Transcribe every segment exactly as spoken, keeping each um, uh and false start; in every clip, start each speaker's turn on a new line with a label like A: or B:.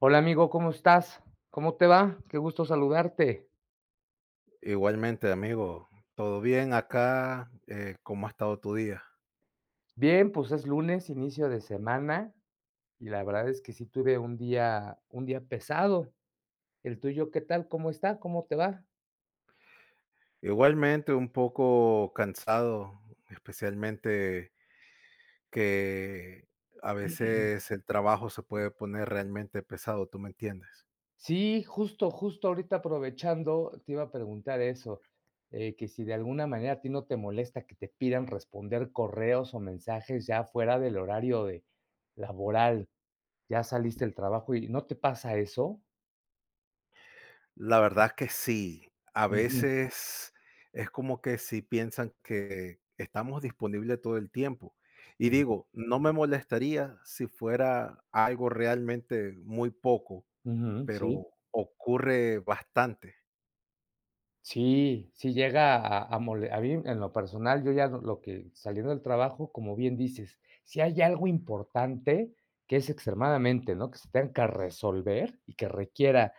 A: Hola amigo, ¿cómo estás? ¿Cómo te va? Qué gusto saludarte.
B: Igualmente, amigo, todo bien acá, eh, ¿cómo ha estado tu día?
A: Bien, pues es lunes, inicio de semana, y la verdad es que sí tuve un día un día pesado. ¿El tuyo qué tal? ¿Cómo está? ¿Cómo te va?
B: Igualmente, un poco cansado, especialmente que a veces el trabajo se puede poner realmente pesado, ¿tú me entiendes?
A: Sí, justo, justo ahorita aprovechando, te iba a preguntar eso, eh, que si de alguna manera a ti no te molesta que te pidan responder correos o mensajes ya fuera del horario de laboral, ya saliste del trabajo, ¿y no te pasa eso?
B: La verdad que sí, a
A: Ujú,
B: veces es como que si piensan que estamos disponibles todo el tiempo. Y
A: ujú,
B: digo, no me molestaría si fuera algo realmente muy poco,
A: ujú, sí.
B: pero ocurre bastante.
A: Sí, sí llega a a mole a mí en lo personal, yo ya lo lo que saliendo del trabajo, como bien dices, si hay algo importante, que es extremadamente, ¿no?, que se tenga que resolver y que requiera,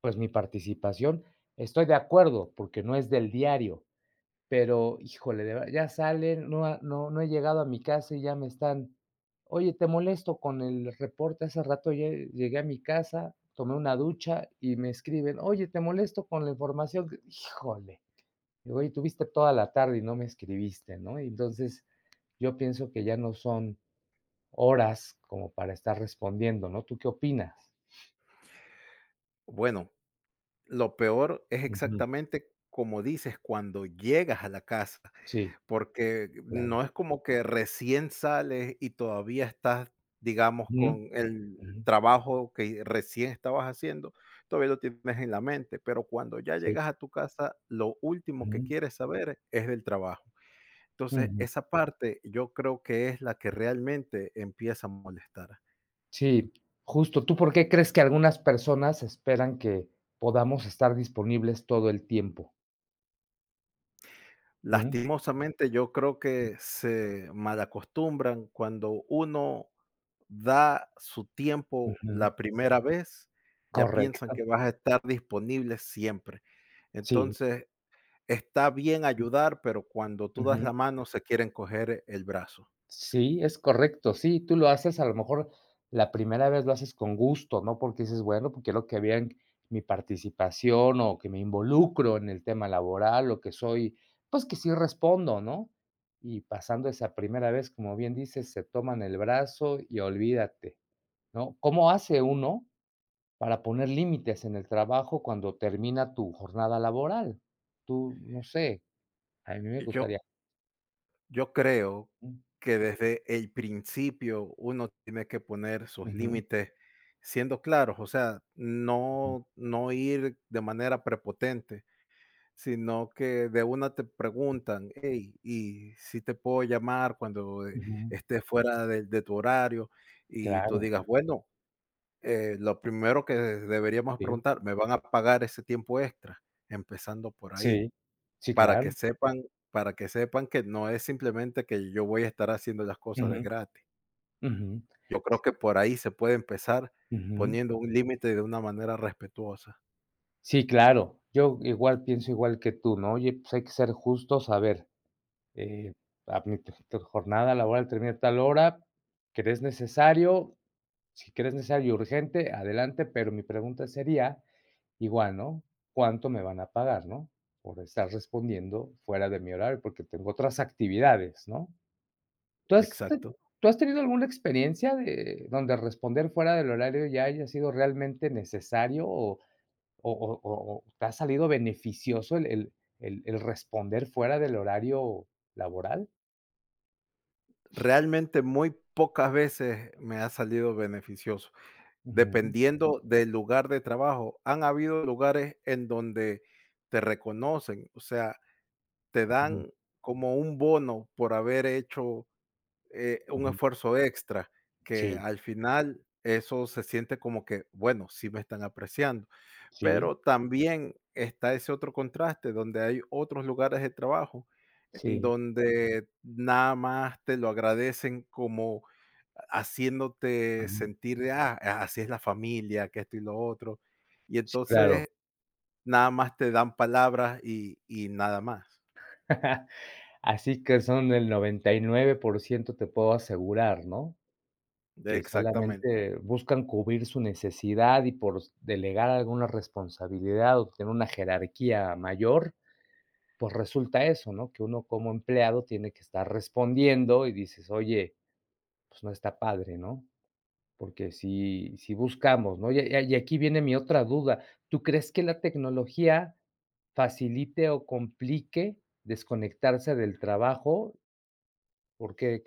A: pues, mi participación, estoy de acuerdo, porque no es del diario, pero, híjole, de ver ya salen, no ha no no he llegado a mi casa y ya me están: "Oye, te molesto con el reporte, hace rato lle llegué a mi casa, tomé una ducha", y me escriben: "Oye, te molesto con la información", que-". Híjole. Digo, oye, tuviste toda la tarde y no me escribiste, ¿no? Y entonces yo pienso que ya no son horas como para estar respondiendo, ¿no? ¿Tú qué opinas?
B: Bueno, lo peor es
A: Ujú.
B: exactamente como dices, cuando llegas a la casa,
A: Sí,
B: porque no
A: claro.
B: es como que recién sales y todavía estás, digamos,
A: Ujú,
B: con
A: ujú,
B: el trabajo que recién estabas haciendo, todavía lo tienes en la mente, pero cuando ya
A: sí,
B: llegas a tu casa, lo último que
A: ujú,
B: quieres saber es del trabajo. Entonces,
A: ujú.
B: esa parte yo creo que es la que realmente empieza a molestar.
A: Sí, justo. ¿Tú por qué crees que algunas personas esperan que podamos estar disponibles todo el tiempo? Ujú,
B: Lastimosamente, yo creo que se malacostumbran cuando uno da su tiempo
A: ujú.
B: la primera vez, ya piensan
A: Correcto.
B: que vas a estar disponible siempre.
A: Sí.
B: Entonces, está bien ayudar, pero cuando tú das la mano se quieren coger el brazo.
A: Sí, es correcto. Sí, tú lo haces, a lo mejor la primera vez lo haces con gusto, ¿no? Porque dices, bueno, porque quiero que vean mi participación o que me involucro en el tema laboral o que soy, pues que sí respondo, ¿no? Y pasando esa primera vez, como bien dices, se toman el brazo y olvídate, ¿no? ¿Cómo hace uno para poner límites en el trabajo cuando termina tu jornada laboral? Tú, no sé, a mí me
B: Y yo
A: gustaría.
B: yo creo que desde el principio uno tiene que poner sus
A: Ujú,
B: límites siendo claros, o sea,
A: ujú,
B: no no ir de manera prepotente. Sino que de una te preguntan: "Hey, ¿y si te puedo llamar cuando, eh,
A: ujú.
B: estés fuera de de tu horario?". Y tú
A: Claro,
B: digas: "Bueno, eh, lo primero que deberíamos
A: sí.
B: preguntar, ¿me van a pagar ese tiempo extra?". Empezando por ahí,
A: Sí, sí,
B: para que
A: claro.
B: sepan para que sepan que no es simplemente que yo voy a estar haciendo las cosas
A: Ujú,
B: de gratis.
A: ujú,
B: Yo creo que por ahí se puede empezar
A: ujú.
B: poniendo un límite de una manera respetuosa.
A: Sí, claro. Yo igual pienso igual que tú, ¿no? Oye, pues hay que ser justos, a ver, eh, a mi tu tu jornada laboral termina a tal hora, ¿crees necesario? Si crees necesario y urgente, adelante, pero mi pregunta sería igual, ¿no? ¿Cuánto me van a pagar, no? Por estar respondiendo fuera de mi horario, porque tengo otras actividades, ¿no? ¿Tú has te
B: Exacto.
A: Tú has tenido alguna experiencia de donde responder fuera del horario ya haya sido realmente necesario o o o o o te ha salido beneficioso el el el el responder fuera del horario laboral?
B: Realmente muy pocas veces me ha salido beneficioso,
A: Ujú,
B: dependiendo del lugar de trabajo. Han habido lugares en donde te reconocen, o sea, te
A: ujú,
B: dan como un bono por haber hecho eh, un
A: ujú.
B: esfuerzo extra, que
A: Sí,
B: al final eso se siente como que, bueno, sí me están apreciando,
A: sí,
B: pero también está ese otro contraste donde hay otros lugares de trabajo en
A: sí,
B: donde nada más te lo agradecen como haciéndote
A: ujú.
B: sentir de, ah, ah, así es la familia, que esto y lo otro. Y
A: Sí, claro.
B: entonces nada más te dan palabras y, y nada más.
A: Así que son el noventa y nueve por ciento te puedo asegurar, ¿no? Que
B: Exactamente.
A: solamente buscan cubrir su necesidad y por delegar alguna responsabilidad o tener una jerarquía mayor, pues resulta eso, ¿no? Que uno como empleado tiene que estar respondiendo y dices: "Oye, pues no está padre", ¿no? Porque si si buscamos, ¿no? Y a y aquí viene mi otra duda, ¿tú crees que la tecnología facilite o complique desconectarse del trabajo? ¿Por qué?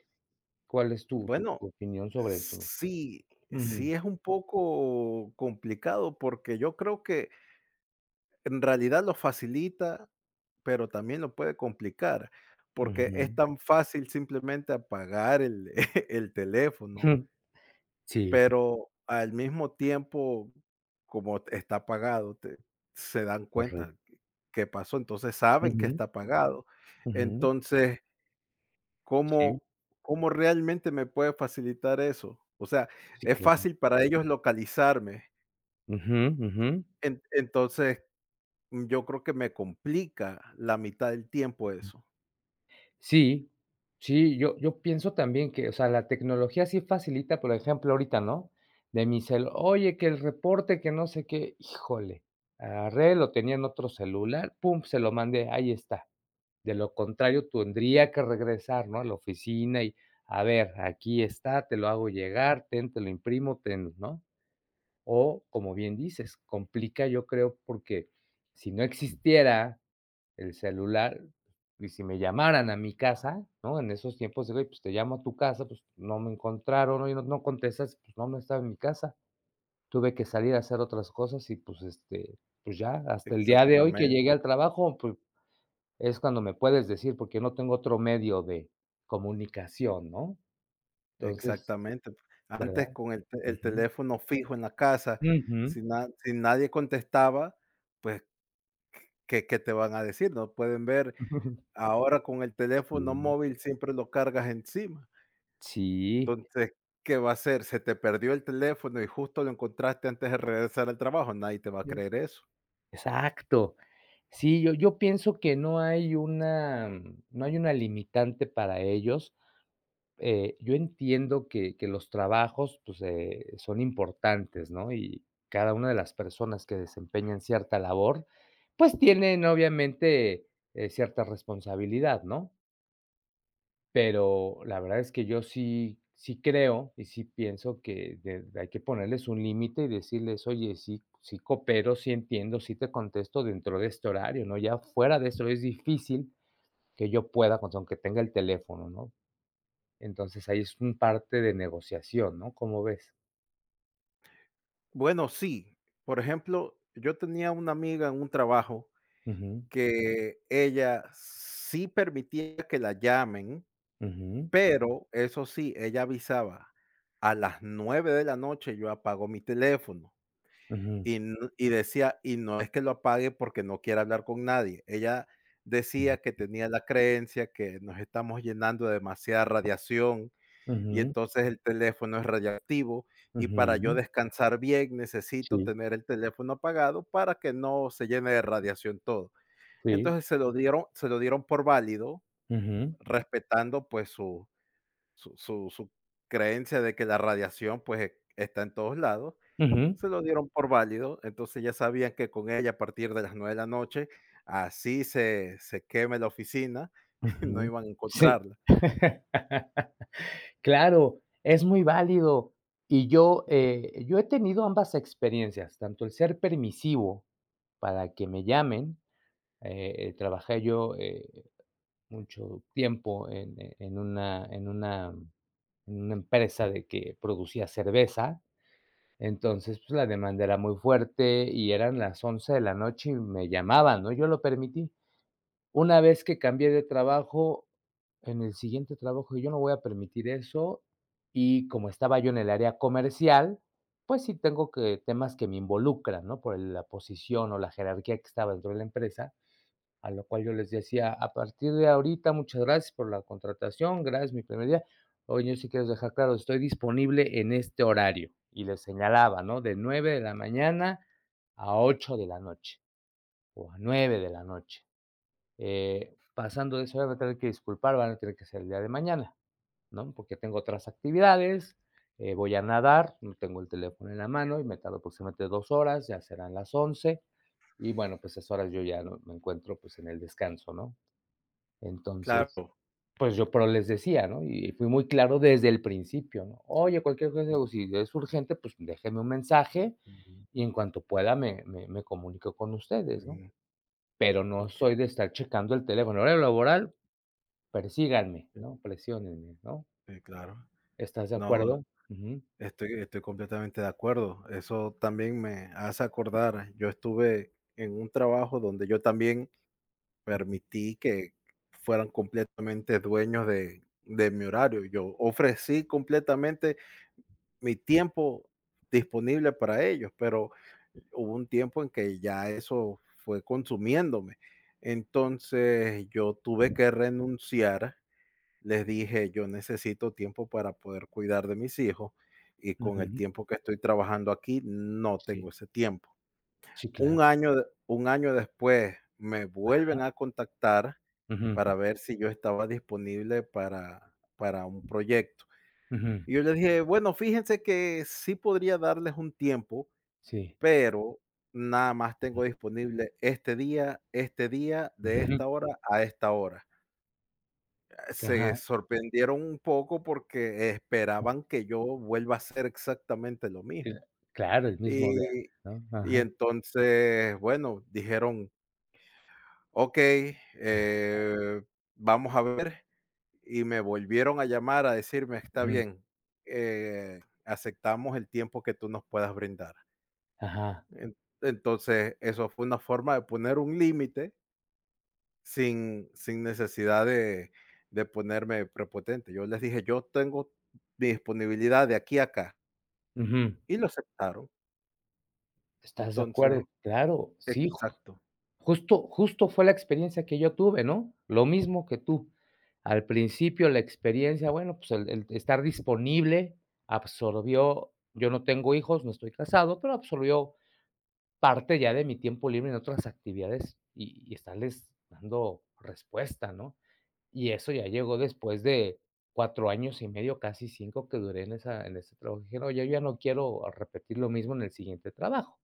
A: ¿Cuál es tu tu
B: Bueno,
A: tu opinión sobre esto?
B: sí,
A: Ujú,
B: sí es un poco complicado porque yo creo que en realidad lo facilita, pero también lo puede complicar, porque es
A: ujú.
B: tan fácil simplemente apagar el, el teléfono.
A: Sí,
B: Pero al mismo tiempo, como t- está pagado, te se dan
A: correcto.
B: cuenta que que pasó, entonces saben que
A: Ujú,
B: está pagado.
A: ujú.
B: Entonces,
A: Sí,
B: ¿cómo ¿cómo realmente me puede facilitar eso? O sea,
A: sí,
B: es
A: claro.
B: fácil para ellos localizarme.
A: Ujú, ujú.
B: En Entonces, mm, yo creo que me complica la mitad del tiempo eso.
A: Sí, sí, yo yo pienso también que, o sea, la tecnología sí facilita, por ejemplo, ahorita, ¿no? De mi cel, oye, que el reporte, que no sé qué, híjole, agarré, lo tenía en otro celular, pum, se lo mandé, ahí está. De lo contrario, tendría que regresar, ¿no? A la oficina y, a ver, aquí está, te lo hago llegar, ten, te lo imprimo, ten, ¿no? O, como bien dices, complica, yo creo, porque si no existiera el celular y si me llamaran a mi casa, ¿no? En esos tiempos digo "Oye, pues, te llamo a tu casa", pues, no me encontraron, oye, no no contestas, pues, no, no estaba en mi casa. Tuve que salir a hacer otras cosas y, pues, este, pues ya, hasta el día de hoy que
B: exactamente
A: llegué al trabajo, pues, es cuando me puedes decir, porque no tengo otro medio de comunicación, ¿no? Entonces,
B: Exactamente.
A: ¿verdad?
B: Antes con el te- el
A: Ujú.
B: teléfono fijo en la casa,
A: Ujú.
B: si na si nadie contestaba, pues ¿Qué qué te van a decir? No pueden ver, ahora con el teléfono
A: Sí.
B: móvil siempre lo cargas encima.
A: Sí,
B: Entonces, ¿qué va a hacer? Se te perdió el teléfono y justo lo encontraste antes de regresar al trabajo, nadie te va a
A: sí.
B: creer eso.
A: Exacto. Sí, yo yo pienso que no hay una mm, no hay una limitante para ellos. Eh, yo entiendo que que los trabajos, pues, eh, son importantes, ¿no? Y cada una de las personas que desempeñan cierta labor, pues, tienen obviamente, eh, cierta responsabilidad, ¿no? Pero la verdad es que yo sí sí creo y sí pienso que de hay que ponerles un límite y decirles: "Oye, sí sí coopero, sí entiendo, sí te contesto dentro de este horario", ¿no? Ya fuera de eso es difícil que yo pueda, pues, aunque tenga el teléfono, ¿no? Entonces, ahí es un parte de negociación, ¿no? ¿Cómo ves?
B: Bueno, sí, por ejemplo, yo tenía una amiga en un trabajo
A: Ujú,
B: que ella sí permitía que la llamen,
A: ujú,
B: pero eso sí, ella avisaba: "A las nueve de la noche yo apago mi teléfono".
A: ujú,
B: Y n y decía, y no es que lo apague porque no quiera hablar con nadie. Ella
A: ujú,
B: decía que tenía la creencia que nos estamos llenando de demasiada radiación y
A: ujú.
B: entonces el teléfono es radiactivo y para yo
A: Ujú.
B: descansar bien necesito
A: Sí,
B: tener el teléfono apagado para que no se llene de radiación todo.
A: sí.
B: Entonces se lo dieron se lo dieron por válido,
A: Ujú,
B: respetando, pues, su su su su creencia de que la radiación, pues, e, está en todos lados,
A: ujú,
B: se lo dieron por válido, entonces ya sabían que con ella a partir de las nueve de la noche, así se se queme la oficina, no
A: ujú.
B: iban a
A: Sí.
B: encontrarla.
A: Claro, es muy válido. Y yo, eh, yo he tenido ambas experiencias, tanto el ser permisivo para que me llamen, eh, trabajé yo, eh, mucho tiempo en eh, en una en una en una empresa de que producía cerveza, entonces, pues, la demanda era muy fuerte y eran las once de la noche y me llamaban, ¿no? Yo lo permití. Una vez que cambié de trabajo, en el siguiente trabajo yo no voy a permitir eso, y como estaba yo en el área comercial, pues sí tengo que temas que me involucran, ¿no? Por la posición o la jerarquía que estaba dentro de la empresa, a lo cual yo les decía: "A partir de ahorita, muchas gracias por la contratación, gracias, mi primer día. Oye, yo sí quiero dejar claro, estoy disponible en este horario", y les señalaba, ¿no? De nueve de la mañana a ocho de la noche, o a nueve de la noche. Eh, pasando de eso, ahora me voy tener que disculpar, van a tener que ser el día de mañana, ¿no? Porque tengo otras actividades, eh, voy a nadar, no tengo el teléfono en la mano y me tardo aproximadamente dos horas, ya serán las once y bueno, pues esas horas yo ya no me encuentro pues en el descanso, ¿no? Entonces,
B: Claro.
A: pues yo, pero les decía, ¿no? Y fui muy claro desde el principio, ¿no? Oye, cualquier cosa, o si es urgente, pues déjenme un mensaje
B: Ujú,
A: y en cuanto pueda me, me, me comunico con ustedes, ¿no?
B: ujú,
A: Pero no
B: ujú.
A: soy de estar checando el teléfono. En horario laboral, persíganme,
B: Sí,
A: ¿no? Presiónenme, ¿no?
B: sí, claro.
A: ¿Estás de Mm.
B: No,
A: acuerdo? Ujú.
B: estoy estoy completamente de acuerdo. Eso también me hace acordar, yo estuve en un trabajo donde yo también permití que fueran completamente dueños de de mi horario. Yo ofrecí completamente mi tiempo disponible para ellos, pero hubo un tiempo en que ya eso fue consumiéndome. Entonces yo tuve que renunciar, les dije, yo necesito tiempo para poder cuidar de mis hijos y con el
A: Ujú.
B: tiempo que estoy trabajando aquí no
A: Sí.
B: tengo ese tiempo.
A: Sí, claro.
B: Un año, de- un año después me vuelven a contactar
A: Ujú,
B: para ver si yo estaba disponible para, para un proyecto
A: ujú.
B: y yo le dije, bueno, fíjense que sí podría darles un tiempo,
A: Sí.
B: pero nada más tengo disponible este día, este día, de
A: Ujú.
B: esta hora a esta hora.
A: Ajá.
B: Se sorprendieron un poco porque esperaban que yo vuelva a hacer exactamente lo
A: Eh,
B: mismo.
A: claro, el mismo de
B: Y,
A: antes, ¿no?
B: y
A: Ajá.
B: entonces, bueno, dijeron, okey,
A: Ah,
B: eh, vamos a ver. Y me volvieron a llamar a decirme: "Está
A: ujú.
B: bien, eh, aceptamos el tiempo que tú nos puedas brindar".
A: Ajá.
B: En Entonces, eso fue una forma de poner un límite sin sin necesidad de de ponerme prepotente. Yo les dije: "Yo tengo mi disponibilidad de aquí a acá",
A: Ujú.
B: y lo aceptaron.
A: ¿Estás de
B: Entonces
A: acuerdo? Claro, sí, ju
B: exacto.
A: justo justo fue la experiencia que yo tuve, ¿no? Lo mismo que tú. Al principio la experiencia, bueno, pues, el el estar disponible absorbió yo no tengo hijos, no estoy casado, pero absorbió parte ya de mi tiempo libre en otras actividades y y estarles dando respuesta, ¿no? Y eso ya llegó después de cuatro años y medio, casi cinco, que duré en esa en ese trabajo. Dije: "No, yo ya no quiero repetir lo mismo en el siguiente trabajo".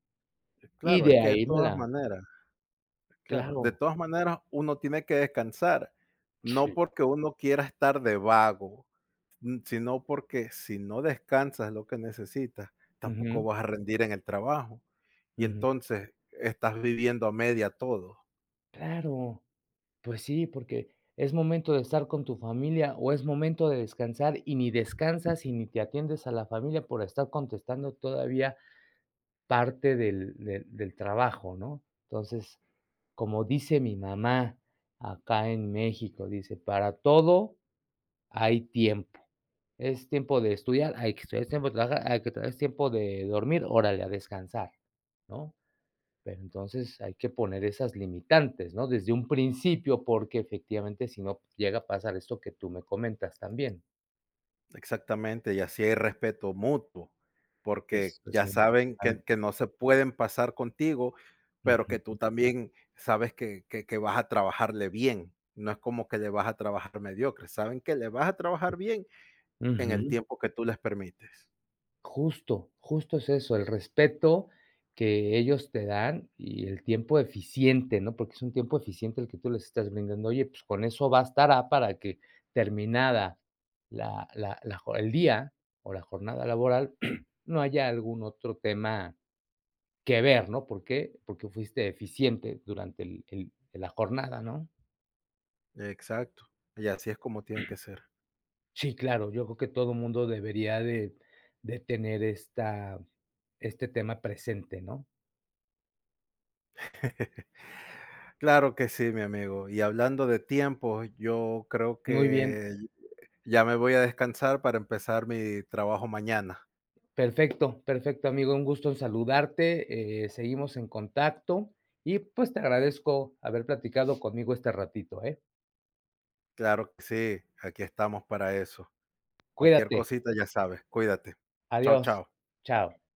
A: Y
B: Claro, es
A: de
B: que de
A: ahí me
B: todas
A: la
B: maneras. Claro, de
A: claro,
B: todas maneras uno tiene que descansar, no
A: sí.
B: porque uno quiera estar de vago, mm, sino porque si no descansas lo que necesitas, tampoco
A: Ujú,
B: vas a rendir en el trabajo. Y
A: ujú.
B: entonces estás viviendo a media todo,
A: Claro, pues sí, porque es momento de estar con tu familia o es momento de descansar y ni descansas y ni te atiendes a la familia por estar contestando todavía parte del del del trabajo, ¿no? Entonces, como dice mi mamá acá en México, dice: "Para todo hay tiempo". Es tiempo de estudiar, hay que estudiar, es tiempo de trabajar, hay que trabajar, es tiempo de dormir, órale, a descansar, ¿no? Pero entonces hay que poner esas limitantes, ¿no? Desde un principio, porque efectivamente, si no llega a pasar esto que tú me comentas también.
B: exactamente, y así hay respeto mutuo, porque
A: Es Es
B: ya
A: muy
B: saben que,
A: importante.
B: que no se pueden pasar contigo, pero que tú
A: Ujú.
B: también sabes que, que, que vas a trabajarle bien. No es como que le vas a trabajar mediocre, saben que le vas a trabajar bien. En el
A: Ujú.
B: tiempo que tú les permites.
A: Justo, justo es eso, el respeto que ellos te dan y el tiempo eficiente, ¿no? Porque es un tiempo eficiente el que tú les estás brindando. Oye, pues con eso bastará para que terminada la la la jo el día o la jornada laboral, no haya algún otro tema que ver, ¿no? ¿Por qué? Porque fuiste eficiente durante el el la jornada, ¿no?
B: Exacto. Y así es como tiene que ser.
A: Sí, claro, yo creo que todo mundo debería de de tener esta este tema presente, ¿no?
B: Claro que sí, mi amigo. Y hablando de tiempo, yo creo
A: Muy bien.
B: que ya me voy a descansar para empezar mi trabajo mañana.
A: Perfecto, perfecto, amigo. Un gusto en saludarte. Eh, seguimos en contacto y pues te agradezco haber platicado conmigo este ratito, ¿eh?
B: Claro que sí, aquí estamos para eso. Cualquier
A: Cuídate.
B: cosita ya sabes. Cuídate. Chao,
A: Adiós.
B: chao.
A: Chao.